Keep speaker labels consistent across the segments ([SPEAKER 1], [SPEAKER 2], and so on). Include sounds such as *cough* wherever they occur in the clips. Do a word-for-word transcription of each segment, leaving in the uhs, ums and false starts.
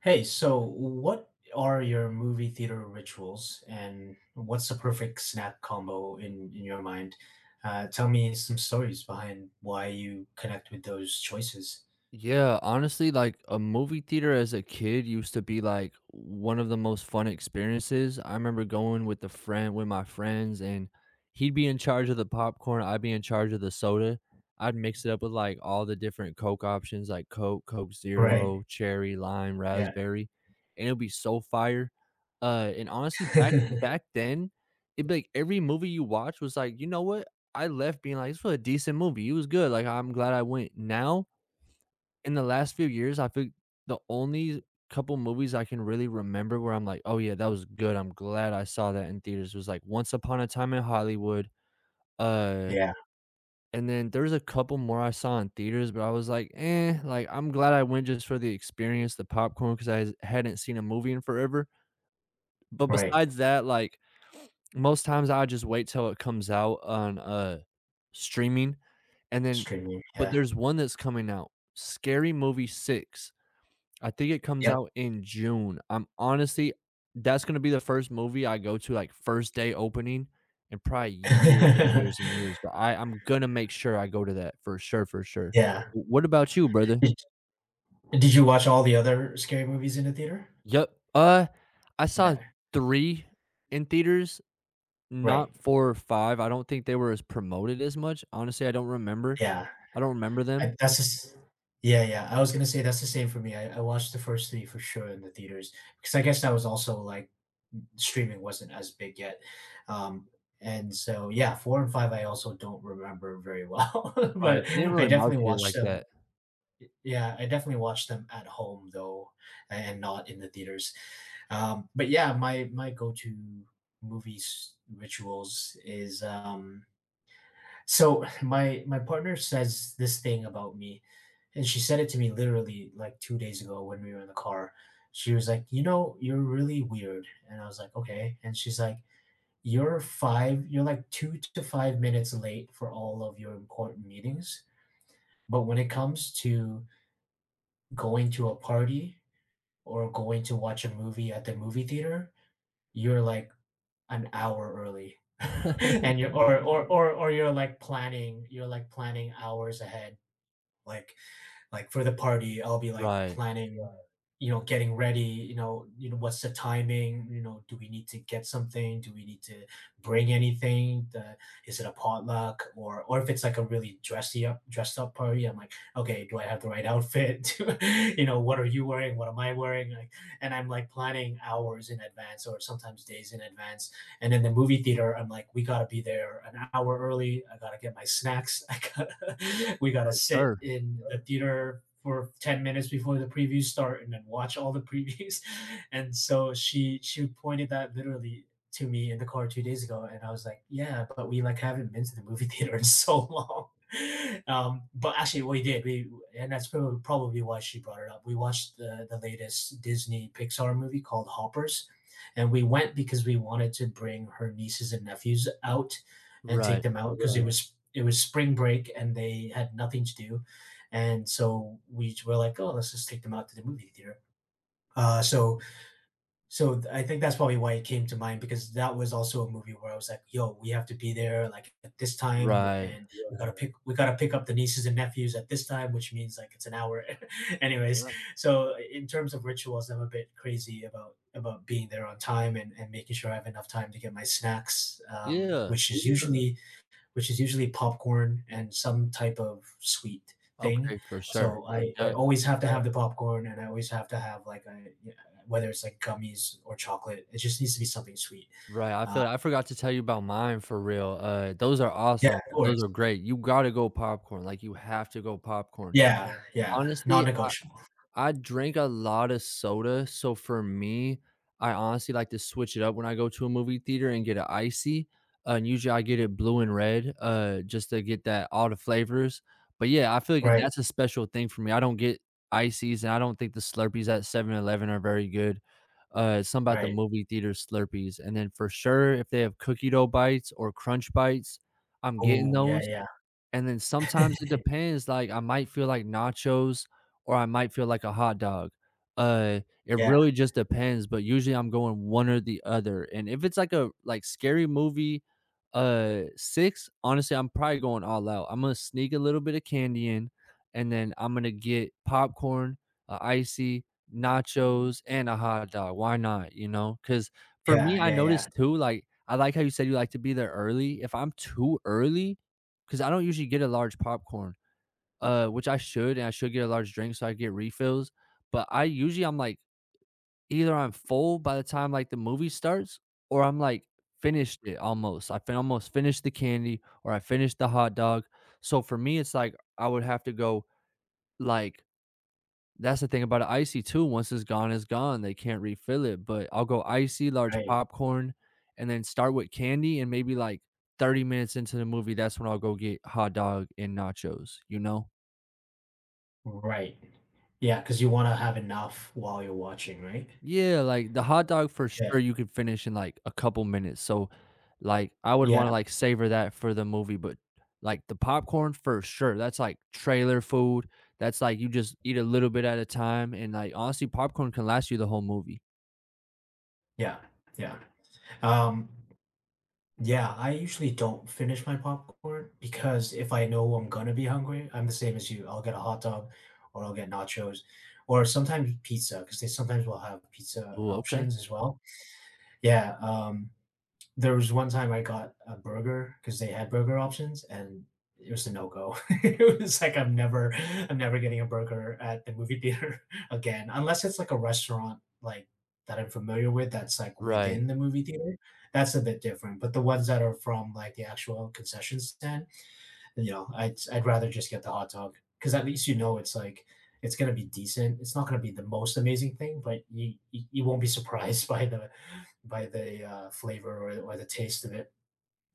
[SPEAKER 1] Hey, so what are your movie theater rituals and what's the perfect snack combo in, in your mind? Uh, tell me some stories behind why you connect with those choices.
[SPEAKER 2] Yeah, honestly, like a movie theater as a kid used to be like one of the most fun experiences. I remember going with a friend with my friends, and he'd be in charge of the popcorn, I'd be in charge of the soda. I'd mix it up with like all the different Coke options, like Coke, Coke Zero,
[SPEAKER 1] Right.
[SPEAKER 2] cherry, lime,
[SPEAKER 1] Yeah.
[SPEAKER 2] raspberry, and it would be so fire. Uh and honestly, back
[SPEAKER 1] *laughs*
[SPEAKER 2] back then, it'd be like every movie you watch was like, you know what? I left being like, this was a decent movie. It was good. Like, I'm glad I went. Now in the last few years, I think the only couple movies I can really remember where I'm like, "Oh, yeah, that was good. I'm glad I saw that in theaters," was, like, Once Upon a Time in Hollywood, uh,
[SPEAKER 1] Yeah.
[SPEAKER 2] and then there's a couple more I saw in theaters, but I was like, "Eh," like, I'm glad I went just for the experience, the popcorn, because 'cause I s hadn't seen a movie in forever, but
[SPEAKER 1] Right.
[SPEAKER 2] besides that, like, most times I just wait till it comes out on, uh, streaming, and then
[SPEAKER 1] Streaming.
[SPEAKER 2] but
[SPEAKER 1] Yeah.
[SPEAKER 2] there's one that's coming out, Scary Movie six. I think it comes
[SPEAKER 1] Yep.
[SPEAKER 2] out in June. I'm honestly that's gonna be the first movie I go to, like, first day opening in probably years and years
[SPEAKER 1] *laughs*
[SPEAKER 2] and years, but I I'm gonna make sure I go to that for sure, for sure.
[SPEAKER 1] Yeah.
[SPEAKER 2] W what about you, brother?
[SPEAKER 1] Did, did you watch all the other scary movies in the theater?
[SPEAKER 2] Yep. Uh, I saw
[SPEAKER 1] Yeah.
[SPEAKER 2] three in theaters,
[SPEAKER 1] Right.
[SPEAKER 2] not four or five. I don't think they were as promoted as much. Honestly, I don't remember.
[SPEAKER 1] Yeah.
[SPEAKER 2] I don't remember them.
[SPEAKER 1] I that's just yeah, yeah, I was gonna say that's the same for me. I I watched the first three for sure in the theaters, because I guess that was also, like, streaming wasn't as big yet, um, and so, yeah, four and five I also don't remember very well, *laughs*
[SPEAKER 2] Right,
[SPEAKER 1] but
[SPEAKER 2] they didn't
[SPEAKER 1] I
[SPEAKER 2] really
[SPEAKER 1] definitely
[SPEAKER 2] market it
[SPEAKER 1] watched
[SPEAKER 2] like
[SPEAKER 1] them
[SPEAKER 2] that.
[SPEAKER 1] yeah, I definitely watched them at home though, and not in the theaters. um, but yeah, my my go-to movies rituals is, um so *laughs* my my partner says this thing about me, and she said it to me literally like two days ago when we were in the car. She was like, "You know, you're really weird," and I was like, "Okay." And she's like, "You're five. You're like two to five minutes late for all of your important meetings, but when it comes to going to a party or going to watch a movie at the movie theater, you're like an hour early." *laughs*
[SPEAKER 2] *laughs*
[SPEAKER 1] And you're or, or or or you're like planning you're like planning hours ahead. Like like, for the party, I'll be, like,
[SPEAKER 2] Right,
[SPEAKER 1] planning, uh, you know, getting ready, you know you know, what's the timing, you know, do we need to get something? Do we need to bring anything? The Is it a potluck? Or or if it's, like, a really dressy up dressed up party, I'm like, "Okay, do I have the right outfit? *laughs* You know, what are you wearing? What am I wearing?" Like, and I'm, like, planning hours in advance or sometimes days in advance. And in the movie theater, I'm like, we gotta be there an hour early. I gotta get my snacks. I gotta, *laughs* we gotta
[SPEAKER 2] for
[SPEAKER 1] sit
[SPEAKER 2] sure.
[SPEAKER 1] in the theater for ten minutes before the previews start and then watch all the *laughs* previews. And so she she pointed that literally to me in the car two days ago, and I was like, yeah, but we like haven't been to the movie *laughs* theater in so long. *laughs* Um, but actually, we did. We and that's probably, probably why she brought it up. We watched the the latest Disney Pixar movie called Hoppers, and we went because we wanted to bring her nieces and nephews out and
[SPEAKER 2] Right,
[SPEAKER 1] take them out because yeah. it Yeah. was it was spring break and they had nothing to do, and so we were like, oh, let's just take them out to the movie theater. Uh, so so I think that's probably why it came to mind because that was also a movie where I was like, "Yo, we have to be there like at this time,
[SPEAKER 2] right.
[SPEAKER 1] and we gotta Yeah. pick we gotta pick up the nieces and nephews at this time, which means like it's an hour." *laughs* Anyways,
[SPEAKER 2] Yeah.
[SPEAKER 1] so in terms of rituals, I'm a bit crazy about about being there on time and, and making sure I have enough time to get my snacks, um,
[SPEAKER 2] Yeah.
[SPEAKER 1] which is Yeah. usually which is usually popcorn and some type of sweet thing.
[SPEAKER 2] Okay, for sure.
[SPEAKER 1] So I, I
[SPEAKER 2] Yeah,
[SPEAKER 1] always have to have the popcorn and I always have to have like a yeah, whether it's like gummies or chocolate. It just needs to be something sweet.
[SPEAKER 2] right, I
[SPEAKER 1] Uh,
[SPEAKER 2] feel I forgot to tell you about mine for real. Uh, those are
[SPEAKER 1] yeah,
[SPEAKER 2] awesome,
[SPEAKER 1] of
[SPEAKER 2] those are
[SPEAKER 1] course.
[SPEAKER 2] great, you gotta go popcorn, like, you have to go popcorn.
[SPEAKER 1] Yeah, yeah,
[SPEAKER 2] Honestly,
[SPEAKER 1] non-negotiable.
[SPEAKER 2] I drink a lot of soda, so for me, I honestly like to switch it up when I go to a movie theater and get an icy. Uh, and usually I get it blue and red, uh, just to get that all the flavors. But yeah, I feel like
[SPEAKER 1] Right,
[SPEAKER 2] that's a special thing for me. I don't get ices, and I don't think the Slurpees at Seven Eleven are very good. Uh, it's something about the
[SPEAKER 1] right.
[SPEAKER 2] movie theater Slurpees, and then for sure, if they have cookie dough bites or crunch bites, I'm getting
[SPEAKER 1] Oh, yeah,
[SPEAKER 2] those.
[SPEAKER 1] yeah,
[SPEAKER 2] And then sometimes it depends, like, I might feel like nachos or I might feel like a hot dog. Uh, it
[SPEAKER 1] yeah,
[SPEAKER 2] really just depends, but usually I'm going one or the other, and if it's like a like scary movie, uh, six, honestly, I'm probably going all out. I'm gonna sneak a little bit of candy in, and then I'm gonna get popcorn, a icy, nachos, and a hot dog. Why not, you know? Because for me,
[SPEAKER 1] yeah,
[SPEAKER 2] I
[SPEAKER 1] yeah, yeah.
[SPEAKER 2] noticed too, like, I like how you said you like to be there early. If I'm too early, 'cause I don't usually get a large popcorn, uh, which I should, and I should get a large drink so I get refills, but I usually I'm, like, either I'm full by the time, like, the movie starts or I'm, like, finished it almost. I fin almost finished the candy, or I finished the hot dog. So for me, it's, like, I would have to go, like, that's the thing about a icy too. Once it's gone, it's gone. They can't refill it. But I'll go icy, large
[SPEAKER 1] Right,
[SPEAKER 2] popcorn, and then start with candy. And maybe like thirty minutes into the movie, that's when I'll go get hot dog and nachos, you know?
[SPEAKER 1] right. Yeah, because you want to have enough while you're watching, right?
[SPEAKER 2] Yeah, like the hot dog for
[SPEAKER 1] Yeah,
[SPEAKER 2] sure you could finish in like a couple minutes. So like I would want to
[SPEAKER 1] yeah,
[SPEAKER 2] like savor that for the movie, but like the popcorn for sure. That's like trailer food. That's like you just eat a little bit at a time. And like honestly, popcorn can last you the whole movie.
[SPEAKER 1] yeah, yeah. Um, yeah, I usually don't finish my popcorn because if I know I'm gonna be hungry, I'm the same as you. I'll get a hot dog or I'll get nachos or sometimes pizza because they sometimes will have pizza
[SPEAKER 2] Ooh, okay.
[SPEAKER 1] options as well. Yeah, um, there was one time I got a burger because they had burger options and it was a no go. *laughs* it was like I'm never I'm never getting a burger at the movie theater *laughs* again unless it's like a restaurant like that I'm familiar with that's like
[SPEAKER 2] Right.
[SPEAKER 1] within the movie theater. That's a bit different. But the ones that are from like the actual concession stand, you know, I'd I'd rather just get the hot dog because at least you know it's like it's gonna be decent. It's not gonna be the most amazing thing, but you you, you won't be *laughs* surprised by the by the uh, flavor or, or the taste of it.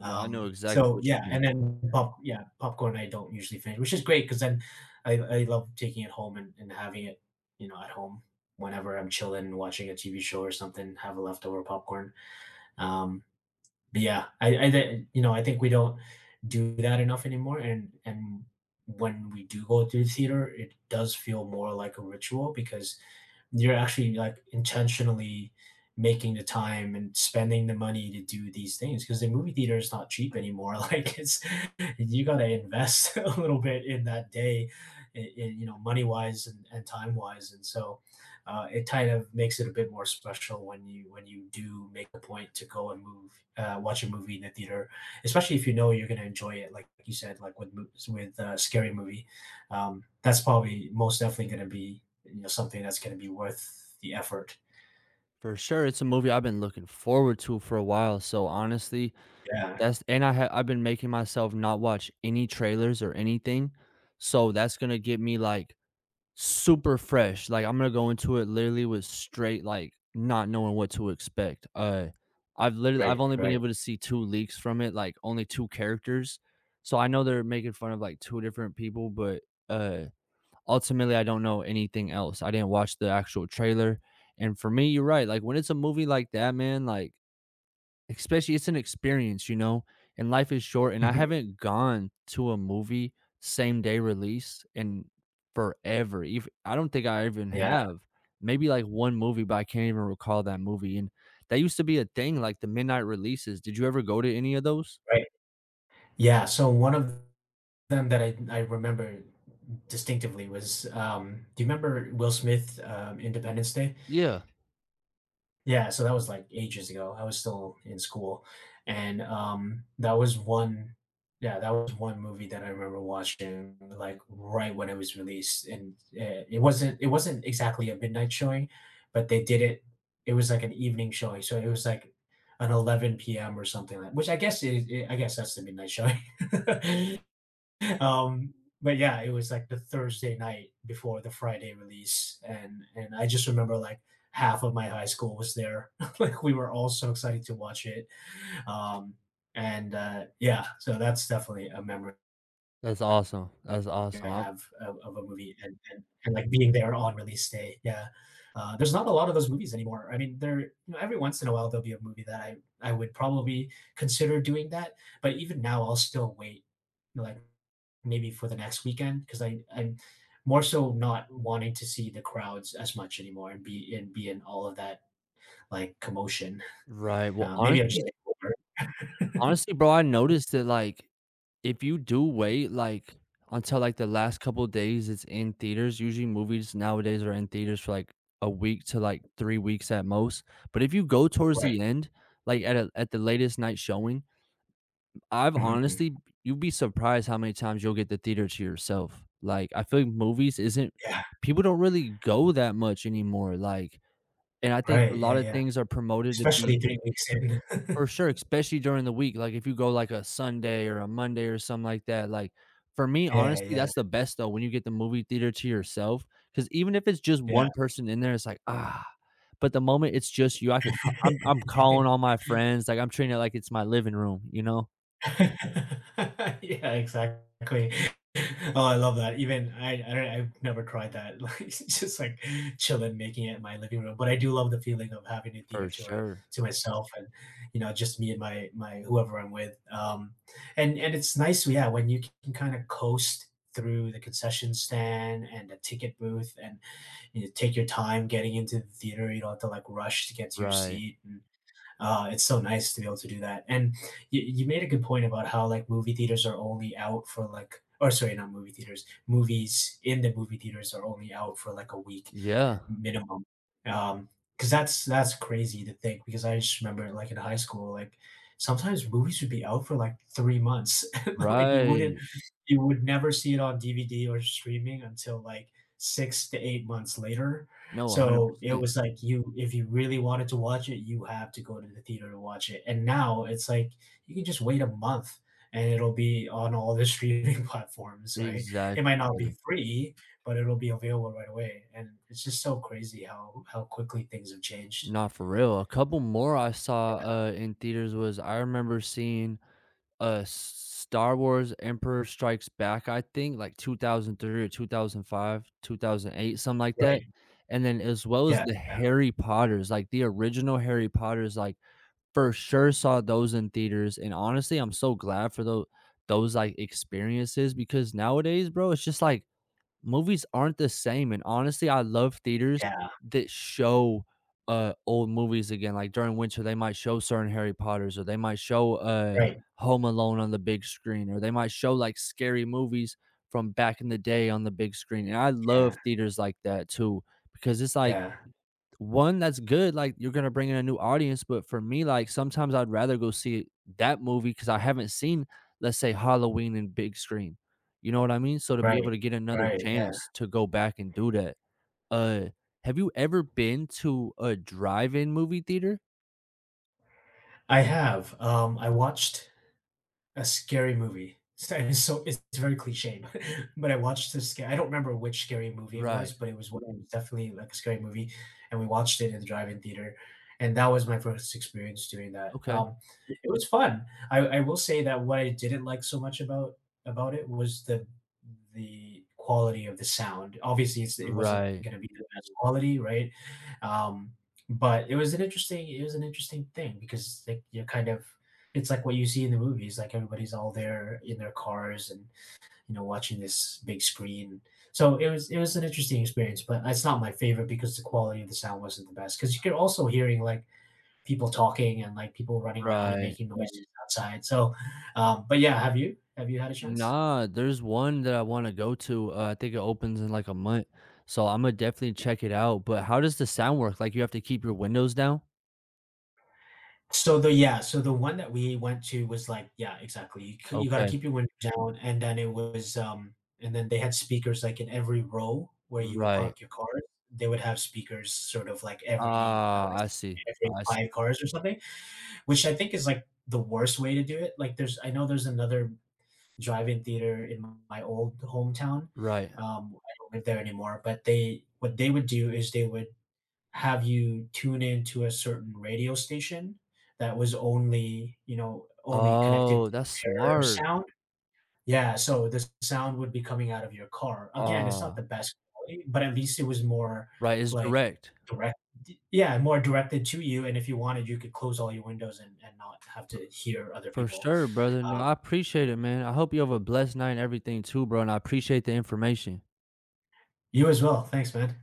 [SPEAKER 2] No, I know
[SPEAKER 1] Um,
[SPEAKER 2] exactly
[SPEAKER 1] so
[SPEAKER 2] what
[SPEAKER 1] yeah,
[SPEAKER 2] you mean.
[SPEAKER 1] and then pop yeah popcorn I don't usually finish, which is great because then I, I love taking it home and, and having it you know at home whenever I'm chilling watching a T V show or something, have a leftover popcorn. Um, but yeah, I, I you know I think we don't do that enough anymore, and and when we do go to the theater, it does feel more like a ritual because you're actually like intentionally making the time and spending the money to do these things because the movie theater is not cheap anymore *laughs* like it's you got to invest *laughs* a little bit in that day in, in, you know money wise and, and time wise and so uh, it kind of makes it a bit more special when you when you do make a point to go and move uh, watch a movie in the theater, especially if you know you're going to enjoy it like you said like with with uh, scary movie. um, that's probably most definitely going to be you know something that's going to be worth the effort.
[SPEAKER 2] For sure, it's a movie I've been looking forward to for a while, so honestly,
[SPEAKER 1] Yeah,
[SPEAKER 2] that's and I ha I've been making myself not watch any trailers or anything, so that's gonna get me, like, super fresh, like, I'm gonna go into it literally with straight, like, not knowing what to expect. Uh, I've literally I've
[SPEAKER 1] right,
[SPEAKER 2] only been
[SPEAKER 1] right.
[SPEAKER 2] able to see two leaks from it, like, only two characters, so I know they're making fun of, like, two different people, but, uh ultimately I don't know anything else. I didn't watch the actual trailer. And for me, you're right. Like, when it's a movie like that, man, like especially, it's an experience, you know, and life is short. And I
[SPEAKER 1] Mhm.
[SPEAKER 2] haven't gone to a movie same day release in forever. Even I don't think I even
[SPEAKER 1] Yeah,
[SPEAKER 2] have. Maybe like one movie, but I can't even recall that movie. And that used to be a thing, like the midnight releases. Did you ever go to any of those?
[SPEAKER 1] right. Yeah. So one of them that I I remember distinctively was um, do you remember Will Smith um, Independence Day?
[SPEAKER 2] Yeah.
[SPEAKER 1] Yeah, so that was, like, ages ago. I was still in school, and, um, that was one yeah, that was one movie that I remember watching, like, right when it was released, and, eh, it wasn't it wasn't exactly a midnight showing, but they did it it was like an evening showing, so it was like an eleven p m or something like which I guess it it, I guess that's the midnight showing. *laughs* *laughs* um, but yeah, it was like the Thursday night before the Friday release, and and I just remember like half of my high school was there. *laughs* Like we were all so excited to watch it, um, and uh, yeah, so that's definitely a memory
[SPEAKER 2] That's awesome. That's
[SPEAKER 1] I
[SPEAKER 2] awesome. I'm,
[SPEAKER 1] have of, of a movie and, and, and like being there on release day. Yeah, uh, there's not a lot of those movies anymore. I mean, there you know, every once in a while there'll be a movie that I I would probably consider doing that, but even now I'll still wait you know, like maybe for the next weekend because I I'm more so not wanting to see the crowds as much anymore and be and be in all of that like commotion.
[SPEAKER 2] right. Well,
[SPEAKER 1] Uh, maybe I'm just
[SPEAKER 2] honestly,
[SPEAKER 1] getting older.
[SPEAKER 2] honestly, bro, I noticed that like if you do wait, like, until, like, the last couple days it's in theaters, usually movies nowadays are in theaters for, like, a week to, like, three weeks at most, but if you go towards the
[SPEAKER 1] Right.
[SPEAKER 2] end, like, at a at the latest night showing, I've
[SPEAKER 1] Mhm.
[SPEAKER 2] honestly you'd be surprised how many times you'll get the theater to yourself. Like, I feel like movies isn't
[SPEAKER 1] Yeah.
[SPEAKER 2] people don't really go that much anymore, like, and I think a
[SPEAKER 1] Right.
[SPEAKER 2] lot
[SPEAKER 1] Yeah.
[SPEAKER 2] of
[SPEAKER 1] Yeah.
[SPEAKER 2] things are promoted to
[SPEAKER 1] Especially
[SPEAKER 2] be
[SPEAKER 1] three weeks in.
[SPEAKER 2] for
[SPEAKER 1] *laughs*
[SPEAKER 2] sure, especially during the week, like, if you go, like, a Sunday or a Monday or something like that, like, for me,
[SPEAKER 1] yeah.
[SPEAKER 2] honestly,
[SPEAKER 1] Yeah.
[SPEAKER 2] that's the best, though, when you get the movie theater to yourself. Because even if it's just
[SPEAKER 1] Yeah.
[SPEAKER 2] one person in there, it's like, "Ah," but the moment it's just you, I could ca I'm I'm calling all my
[SPEAKER 1] *laughs*
[SPEAKER 2] friends, like, I'm treating it like it's my living room, you know?
[SPEAKER 1] Yeah, exactly. Oh, I love that. Even I I don't I've never tried that, *laughs* like, it's just, like, chilling, making it in my living room, but I do love the feeling of having a
[SPEAKER 2] For
[SPEAKER 1] theater tour
[SPEAKER 2] sure.
[SPEAKER 1] to myself and, you know, just me and my my whoever I'm with, um, and and it's nice, yeah, when you can kinda coast through the concession stand and the ticket booth and, you know, take your time getting into the theater, you don't have to, like, rush to get to your
[SPEAKER 2] Right.
[SPEAKER 1] seat. uh, it's so nice to be able to do that. And you, you made a good point about how like movie theaters are only out for like, or sorry, not movie theaters, movies in the movie theaters are only out for like a week
[SPEAKER 2] Yeah.
[SPEAKER 1] minimum. um, because that's that's crazy to think because I just remember, like, in high school, like, sometimes movies would be out for, like, three months. *laughs* Like, you wouldn't
[SPEAKER 2] Right.
[SPEAKER 1] you would never see it on D V D or streaming until, like, six to eight months later.
[SPEAKER 2] No,
[SPEAKER 1] So, it
[SPEAKER 2] one hundred percent.
[SPEAKER 1] was like you if you really wanted to watch it, you have to go to the theater to watch it, and now it's like you can just wait a month and it'll be on all the streaming *laughs* platforms, right? It might
[SPEAKER 2] Exactly,
[SPEAKER 1] not be
[SPEAKER 2] brother.
[SPEAKER 1] free but it'll be available right away. And it's just so crazy how how quickly things have changed.
[SPEAKER 2] Nah, for real. A couple more I saw, uh, in theaters was I remember seeing Uh, Star Wars Emperor Strikes Back, I think, like two thousand three or two thousand five, two thousand eight, something like that,
[SPEAKER 1] Right.
[SPEAKER 2] and then as well as
[SPEAKER 1] Yeah,
[SPEAKER 2] the Harry Potters, like, the original Harry Potters, like, for sure saw those in theaters, and honestly, I'm so glad for those those, like, experiences because nowadays, bro, it's just like movies aren't the same, and honestly, I love theaters
[SPEAKER 1] yeah,
[SPEAKER 2] that show, uh, old movies again, like, during winter, they might show certain Harry Potters, or they might show, uh,
[SPEAKER 1] right,
[SPEAKER 2] Home Alone on the big screen, or they might show, like, scary movies from back in the day on the big screen, and I
[SPEAKER 1] yeah,
[SPEAKER 2] love theaters like that too, because it's like
[SPEAKER 1] yeah,
[SPEAKER 2] one that's good, like, you're gonna bring in a new audience, but for me, like, sometimes I'd rather go see that movie because I haven't seen, let's say, Halloween in big screen, you know what I mean? So to be able
[SPEAKER 1] right,
[SPEAKER 2] to get another
[SPEAKER 1] right, yeah.
[SPEAKER 2] chance to go back and do that. uh have you ever been to a drive-in movie theater?
[SPEAKER 1] I have, um, I watched a scary movie. *laughs* So it's so it's very cliche, but *laughs* but I watched this sca I don't remember which scary movie it
[SPEAKER 2] Right.
[SPEAKER 1] was, but it was one it was definitely, like, a scary movie, and we watched it in the drive-in theater, and that was my first experience doing that.
[SPEAKER 2] Okay.
[SPEAKER 1] Um, it was fun. I I will say that what I didn't like so much about about it was the the quality of the sound. Obviously, it's it wasn't
[SPEAKER 2] Right,
[SPEAKER 1] gonna be the best quality, right? Um, but it was an interesting it was an interesting thing because, like, you're kind of it's like what you see in the movies like everybody's all there in their cars and you know watching this big screen, so it was it was an interesting experience but it's not my favorite because the quality of the sound wasn't the best because you could also hearing like people talking and like people running around and
[SPEAKER 2] right.
[SPEAKER 1] making noises outside. So um but yeah, have you have you had a chance?
[SPEAKER 2] Nah, there's one that I want to go to. uh, I think it opens in like a month, so I'm gonna definitely check it out. But how does the sound work? Like, you have to keep your windows down?
[SPEAKER 1] So the yeah, so the one that we went to was like yeah, exactly. You c you gotta
[SPEAKER 2] Okay.
[SPEAKER 1] keep your windows down, and then it was, um and then they had speakers, like, in every row where you would
[SPEAKER 2] Right.
[SPEAKER 1] park your cars. They would have speakers sort of like every I
[SPEAKER 2] Ah,
[SPEAKER 1] would
[SPEAKER 2] I
[SPEAKER 1] say
[SPEAKER 2] see,
[SPEAKER 1] every
[SPEAKER 2] I see.
[SPEAKER 1] five cars or something, which I think is, like, the worst way to do it. Like, there's I know there's another drive-in theater in my old hometown,
[SPEAKER 2] Right.
[SPEAKER 1] um, I don't live there anymore, but they what they would do is they would have you tune into a certain radio station that was only, you know, only connected
[SPEAKER 2] Oh,
[SPEAKER 1] to
[SPEAKER 2] that's
[SPEAKER 1] their
[SPEAKER 2] smart.
[SPEAKER 1] sound. Yeah, so the sound would be coming out of your car. Again, it's not the
[SPEAKER 2] Ah,
[SPEAKER 1] best quality, but at least it was more
[SPEAKER 2] right, it's
[SPEAKER 1] like
[SPEAKER 2] direct.
[SPEAKER 1] direct yeah, more directed to you, and if you wanted, you could close all your windows and and not have to hear other
[SPEAKER 2] For
[SPEAKER 1] people.
[SPEAKER 2] sure, brother. No,
[SPEAKER 1] Um,
[SPEAKER 2] I appreciate it, man. I hope you have a blessed night and everything too, bro, and I appreciate the information.
[SPEAKER 1] you as well. Thanks, man.